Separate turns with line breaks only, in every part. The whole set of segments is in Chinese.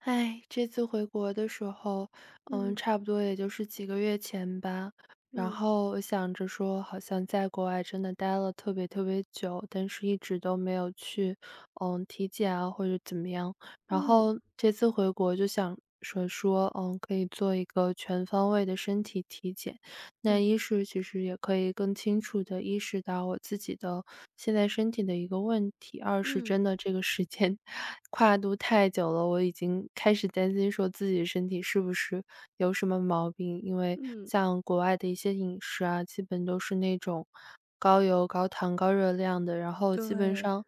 哎，这次回国的时候，
嗯
差不多也就是几个月前吧。然
嗯
后我想着说，好像在国外真的待了特别特别久，但是一直都没有去，体检啊或者怎么样。然
嗯，
后这次回国就想说，可以做一个全方位的身体体检。那
对，
一是其实也可以更清楚的意识到我自己的现在身体的一个问题，二是真
嗯
的这个时间 跨度太久了，我已经开始担心说自己身体是不是有什么毛病。因为
嗯，
像国外的一些饮食啊，基本都是那种高油、高糖、高热量的，然后基本
对，
上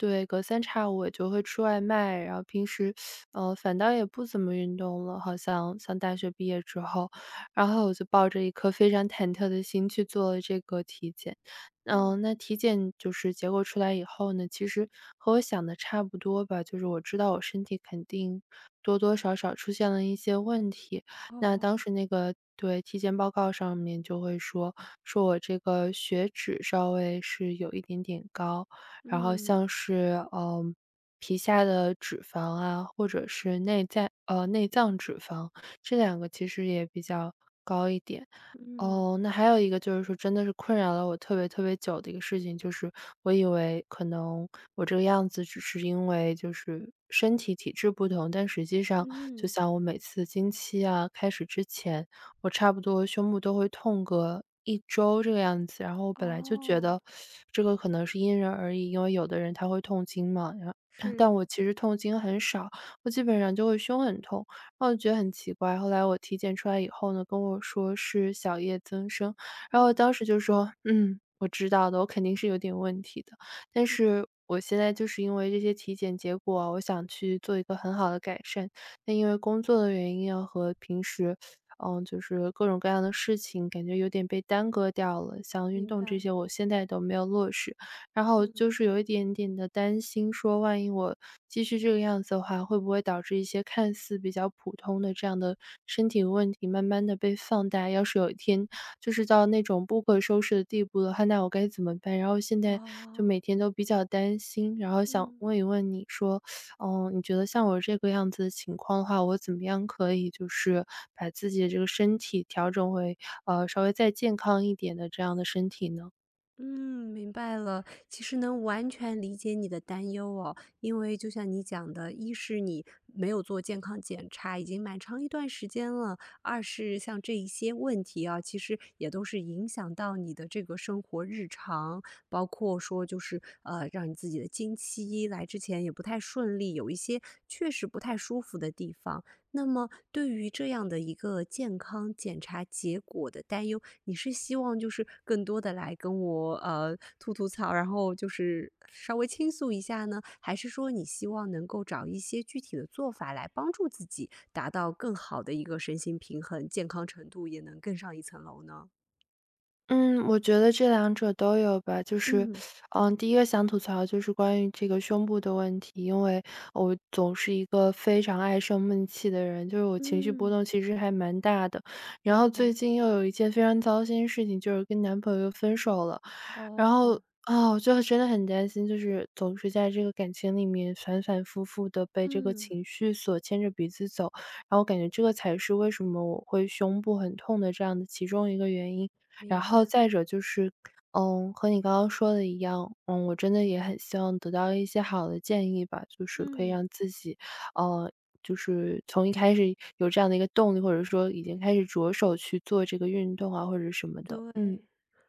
对，隔三差五我就会吃外卖，然后平时，反倒也不怎么运动了，好像像大学毕业之后。然后我就抱着一颗非常忐忑的心去做了这个体检。
嗯，
那体检就是结果出来以后呢，其实和我想的差不多吧，就是我知道我身体肯定多多少少出现了一些问题。那
哦，
当时那个对，体检报告上面就会说，说我这个血脂稍微是有一点点高，然后
嗯
像是，皮下的脂肪啊，或者是内在内脏脂肪，这两个其实也比较高一点。
嗯
哦，那还有一个就是说真的是困扰了我特别特别久的一个事情，就是我以为可能我这个样子只是因为就是身体体质不同，但实际上就
嗯，
像我每次经期啊开始之前，我差不多胸部都会痛个1周这个样子。然后我本来就觉
哦，
得这个可能是因人而异，因为有的人他会痛经嘛，然后但
是，
我其实痛经很少，我基本上就会胸很痛。我觉得很奇怪，后来我体检出来以后呢，跟我说是小叶增生，然
嗯
后我当时就说：“嗯，我知道的，我肯定是有点问题的。”但
嗯，
是我现在就是因为这些体检结果啊我想去做一个很好的改善，但因为工作的原因啊，和平时，就是各种各样的事情，感觉有点被耽搁掉了，像运
明
动这
白，
些我现在都没有落实。然后
嗯，
就是有一点点的担心，说万一我继续这个样子的话，会不会导致一些看似比较普通的这样的身体问题，慢慢的被放大？要是有一天就是到那种不可收拾的地步的话，那我该怎么办？然后现在就
哦，
每天都比较担心，然后想
嗯。
问一问你说，你觉得像我这个样子的情况的话，我怎么样可以就是把自己的这个身体调整为稍微再健康一点的这样的身体呢？
嗯，明白了。其实能完全理解你的担忧哦，因为就像你讲的，一是你没有做健康检查，已经蛮长一段时间了；二是像这一些问题啊，其实也都是影响到你的这个生活日常，包括说就是让你自己的经期来之前也不太顺利，有一些确实不太舒服的地方。那么对于这样的一个健康检查结果的担忧，你是希望就是更多的来跟我，吐吐槽，然后就是稍微倾诉一下呢？还是说你希望能够找一些具体的做法来帮助自己达到更好的一个身心平衡，健康程度也能更上一层楼呢？
嗯，我觉得这两者都有吧。就是，
嗯，
第一个想吐槽就是关于这个胸部的问题，因为我总是一个非常爱生闷气的人，就是我情绪波
嗯，
动其实还蛮大的。然
明
后最
白，
近又有一件非常糟心的事情，就是跟男朋友又分手了。
哦，
然后，啊，我就真的很担心，就是总是在这个感情里面反反复复的被这个
嗯，
情绪所牵着鼻子走，然后我感觉这个才是为什么我会胸部很痛的这样的其中一个原因。然
明
后
白，
再者就是，和你刚刚说的一样，我真的也很希望得到一些好的建议吧，就是可以
嗯。
让自己，呃，就是从一开始有这样的一个动力，或者说已经开始着手去做这个运动啊，或者什么的。嗯。
对，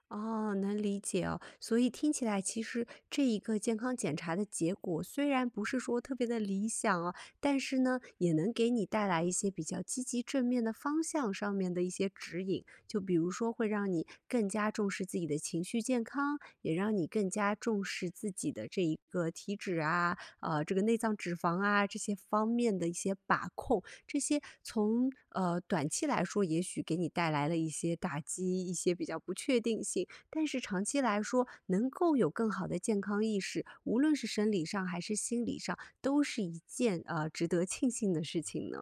哦，能理解哦。所以听起来，其实这一个健康检查的结果虽然不是说特别的理想哦，但是呢，也能给你带来一些比较积极正面的方向上面的一些指引。就比如说，会让你更加重视自己的情绪健康，也让你更加重视自己的这一个体脂啊，这个内脏脂肪啊这些方面的一些把控。这些从短期来说，也许给你带来了一些打击，一些比较不确定性，但是长期来说，能够有更好的健康意识，无论是生理上还是心理上，都是一件值得庆幸的事情呢。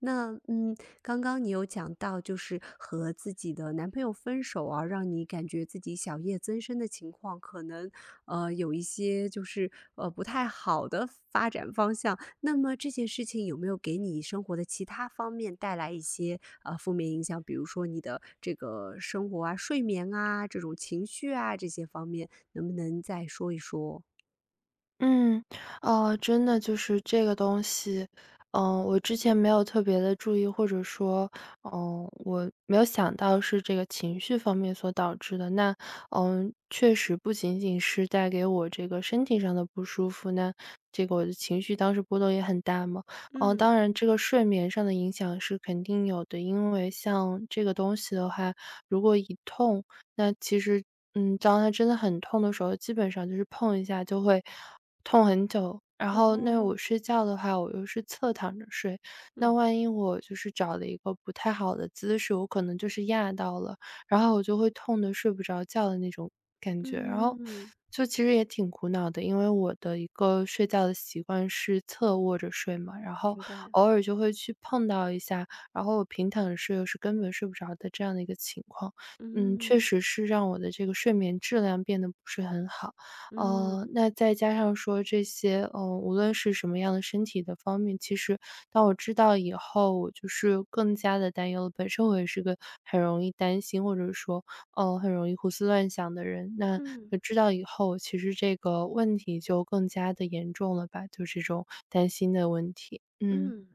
那刚刚你有讲到，就是和自己的男朋友分手啊，让你感觉自己小叶增生的情况，可能有一些就是不太好的发展方向。那么这件事情有没有给你生活的其他方面带来一些负面影响？比如说你的这个生活啊、睡眠啊、这种情绪啊这些方面，能不能再说一说？
嗯，哦，真的就是这个东西，我之前没有特别的注意，或者说，我没有想到是这个情绪方面所导致的。那，确实不仅仅是带给我这个身体上的不舒服，那这个我的情绪当时波动也很大嘛。当
嗯，
然这个睡眠上的影响是肯定有的，因为像这个东西的话，如果一痛，那其实，当它真的很痛的时候，基本上就是碰一下就会痛很久。然后那
哦，
我睡觉的话，我又是侧躺着睡，那
嗯
万一我就是找了一个不太好的姿势，我可能就是压到了，然后我就会痛得睡不着觉的那种
嗯
感觉。然
嗯
后
嗯，嗯
就其实也挺苦恼的，因为我的一个睡觉的习惯是侧卧着睡嘛，然后
明白，
偶尔就会去碰到一下，然后我平躺着睡又是根本睡不着的这样的一个情况。嗯，确
嗯。
实是让我的这个睡眠质量变得不是很好。
嗯
那再加上说这些，无论是什么样的身体的方面，其实当我知道以后，我就是更加的担忧了。本身我也是个很容易担心，或者说，很容易胡思乱想的人。那
嗯
就知道以后，其实这个问题就更加的严重了吧，就这种担心的问题，嗯。
嗯，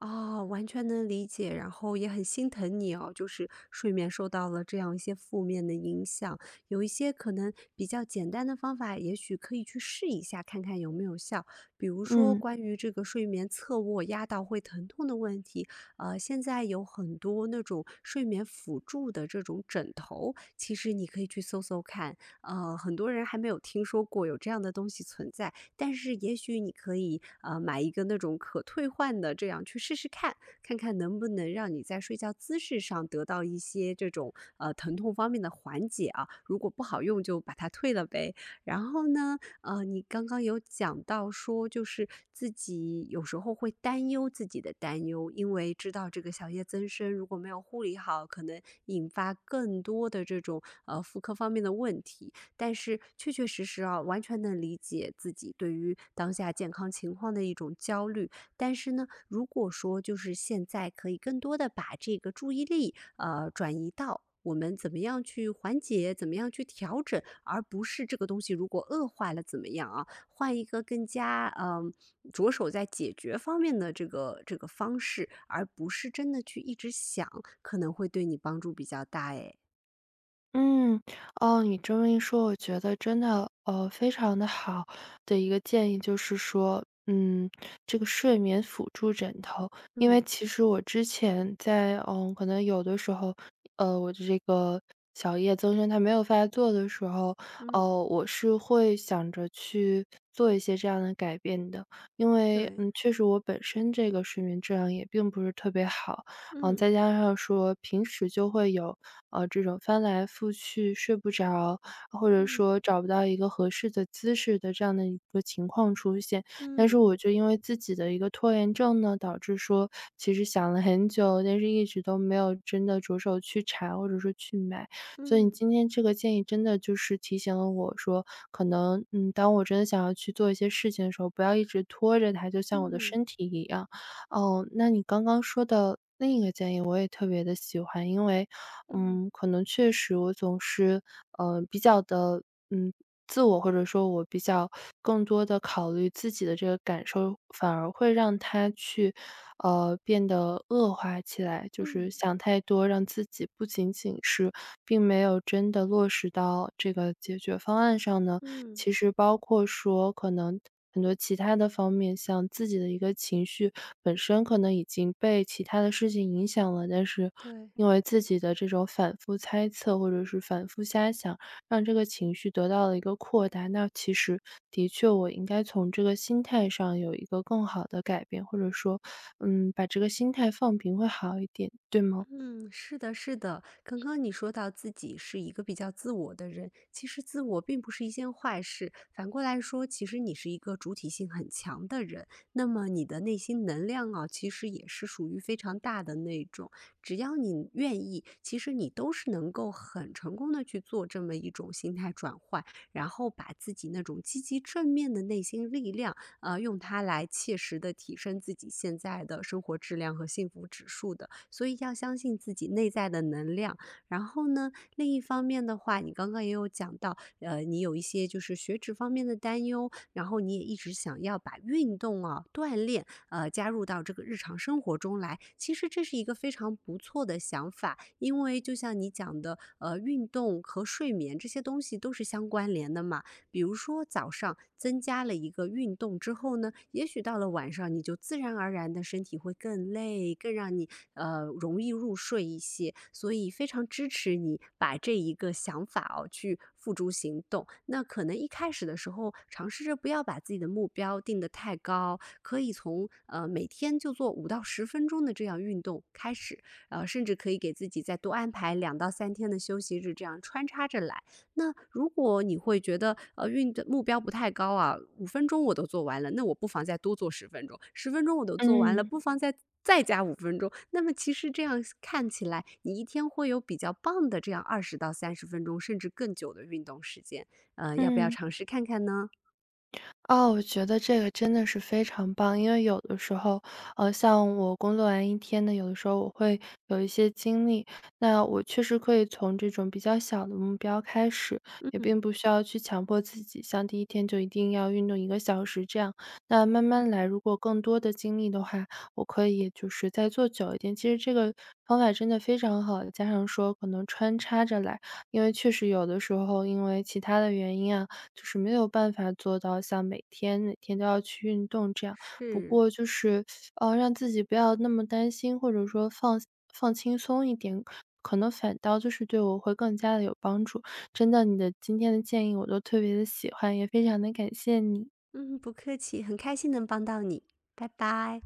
哦，完全能理解，然后也很心疼你哦，就是睡眠受到了这样一些负面的影响，有一些可能比较简单的方法，也许可以去试一下，看看有没有效。比如说
嗯。
关于这个睡眠侧卧压到会疼痛的问题，现在有很多那种睡眠辅助的这种枕头，其实你可以去搜搜看，很多人还没有听说过有这样的东西存在。但是也许你可以买一个那种可退换的，这样去试试看，看看能不能让你在睡觉姿势上得到一些这种疼痛方面的缓解啊。如果不好用，就把它退了呗。然后呢，你刚刚有讲到说，就是自己有时候会担忧自己的担忧，因为知道这个小叶增生如果没有护理好，可能引发更多的这种妇科方面的问题。但是确确实实啊，完全能理解自己对于当下健康情况的一种焦虑。但是呢，如果说就是现在可以更多的把这个注意力，转移到我们怎么样去缓解，怎么样去调整，而不是这个东西如果恶化了怎么样啊？换一个更加着手在解决方面的这个方式，而不是真的去一直想，可能会对你帮助比较大诶。
嗯，哦，你这么一说，我觉得真的，非常的好的一个建议就是说，这个睡眠辅助枕头。因
嗯
为其实我之前在可能有的时候，我的这个小叶增生它没有发作的时候，
嗯，
我是会想着去做一些这样的改变的。因为，
对，
确实我本身这个睡眠质量也并不是特别好，
嗯。
再加上说平时就会有，这种翻来覆去睡不着，或者
嗯
说找不到一个合适的姿势的这样的一个情况出现。但是
嗯
我就因为自己的一个拖延症呢，导致说其实想了很久，但是一直都没有真的着手去查或者说去买。所以你
嗯
今天这个建议真的就是提醒了我说，可能，当我真的想要去做一些事情的时候，不要一直拖着它，就像我的
嗯
身体一样。哦，那你刚刚说的另一个建议我也特别的喜欢，因为，
嗯
可能确实我总是，比较的，嗯，自我，或者说我比较更多的考虑自己的这个感受，反而会让它去，变得恶化起来。就是
嗯
想太多，让自己不仅仅是并没有真的落实到这个解决方案上呢，
嗯，
其实包括说可能很多其他的方面，像自己的一个情绪本身可能已经被其他的事情影响了，但是
对。
因为自己的这种反复猜测或者是反复瞎想，让这个情绪得到了一个扩大。那其实的确，我应该从这个心态上有一个更好的改变，或者说，把这个心态放平会好一点，对吗？
嗯，是的，是的。刚刚你说到自己是一个比较自我的人，其实自我并不是一件坏事。反过来说，其实你是一个主体性很强的人，那么你的内心能量啊，其实也是属于非常大的那种。只要你愿意，其实你都是能够很成功的去做这么一种心态转换，然后把自己那种积极正面的内心力量，用它来切实的提升自己现在的生活质量和幸福指数的。所以要相信自己内在的能量。然后呢，另一方面的话，你刚刚也有讲到，你有一些就是血脂方面的担忧，然后你也一直想要把运动啊、锻炼，加入到这个日常生活中来。其实这是一个非常不错的想法，因为就像你讲的，运动和睡眠这些东西都是相关联的嘛。比如说早上增加了一个运动之后呢，也许到了晚上你就自然而然的身体会更累，更让你容易入睡一些。所以非常支持你把这一个想法哦去付诸行动。那可能一开始的时候，尝试着不要把自己的目标定得太高，可以从每天就做5到10分钟的这样运动开始，甚至可以给自己再多安排2到3天的休息日，这样穿插着来。那如果你会觉得，运的目标不太高啊，五分钟我都做完了，那我不妨再多做十分钟，十分钟我都做完了，
嗯
不妨再加五分钟。那么其实这样看起来，你一天会有比较棒的这样20到30分钟，甚至更久的运动时间。要不要
嗯。
尝试看看呢？
哦，我觉得这个真的是非常棒，因为有的时候，像我工作完一天呢，有的时候我会有一些精力，那我确实可以从这种比较小的目标开始，也
嗯，
并不需要去强迫自己，像第一天就一定要运动1个小时这样。那慢慢来，如果更多的精力的话，我可以就是再做久一点。其实这个方法真的非常好，加上说可能穿插着来，因为确实有的时候因为其他的原因啊，就是没有办法做到像每天每天都要去运动这样。不
是。
过就是，让自己不要那么担心，或者说放轻松一点，可能反倒就是对我会更加的有帮助。真的，你的今天的建议我都特别的喜欢，也非常的感谢你。
嗯，不客气，很开心能帮到你，拜拜。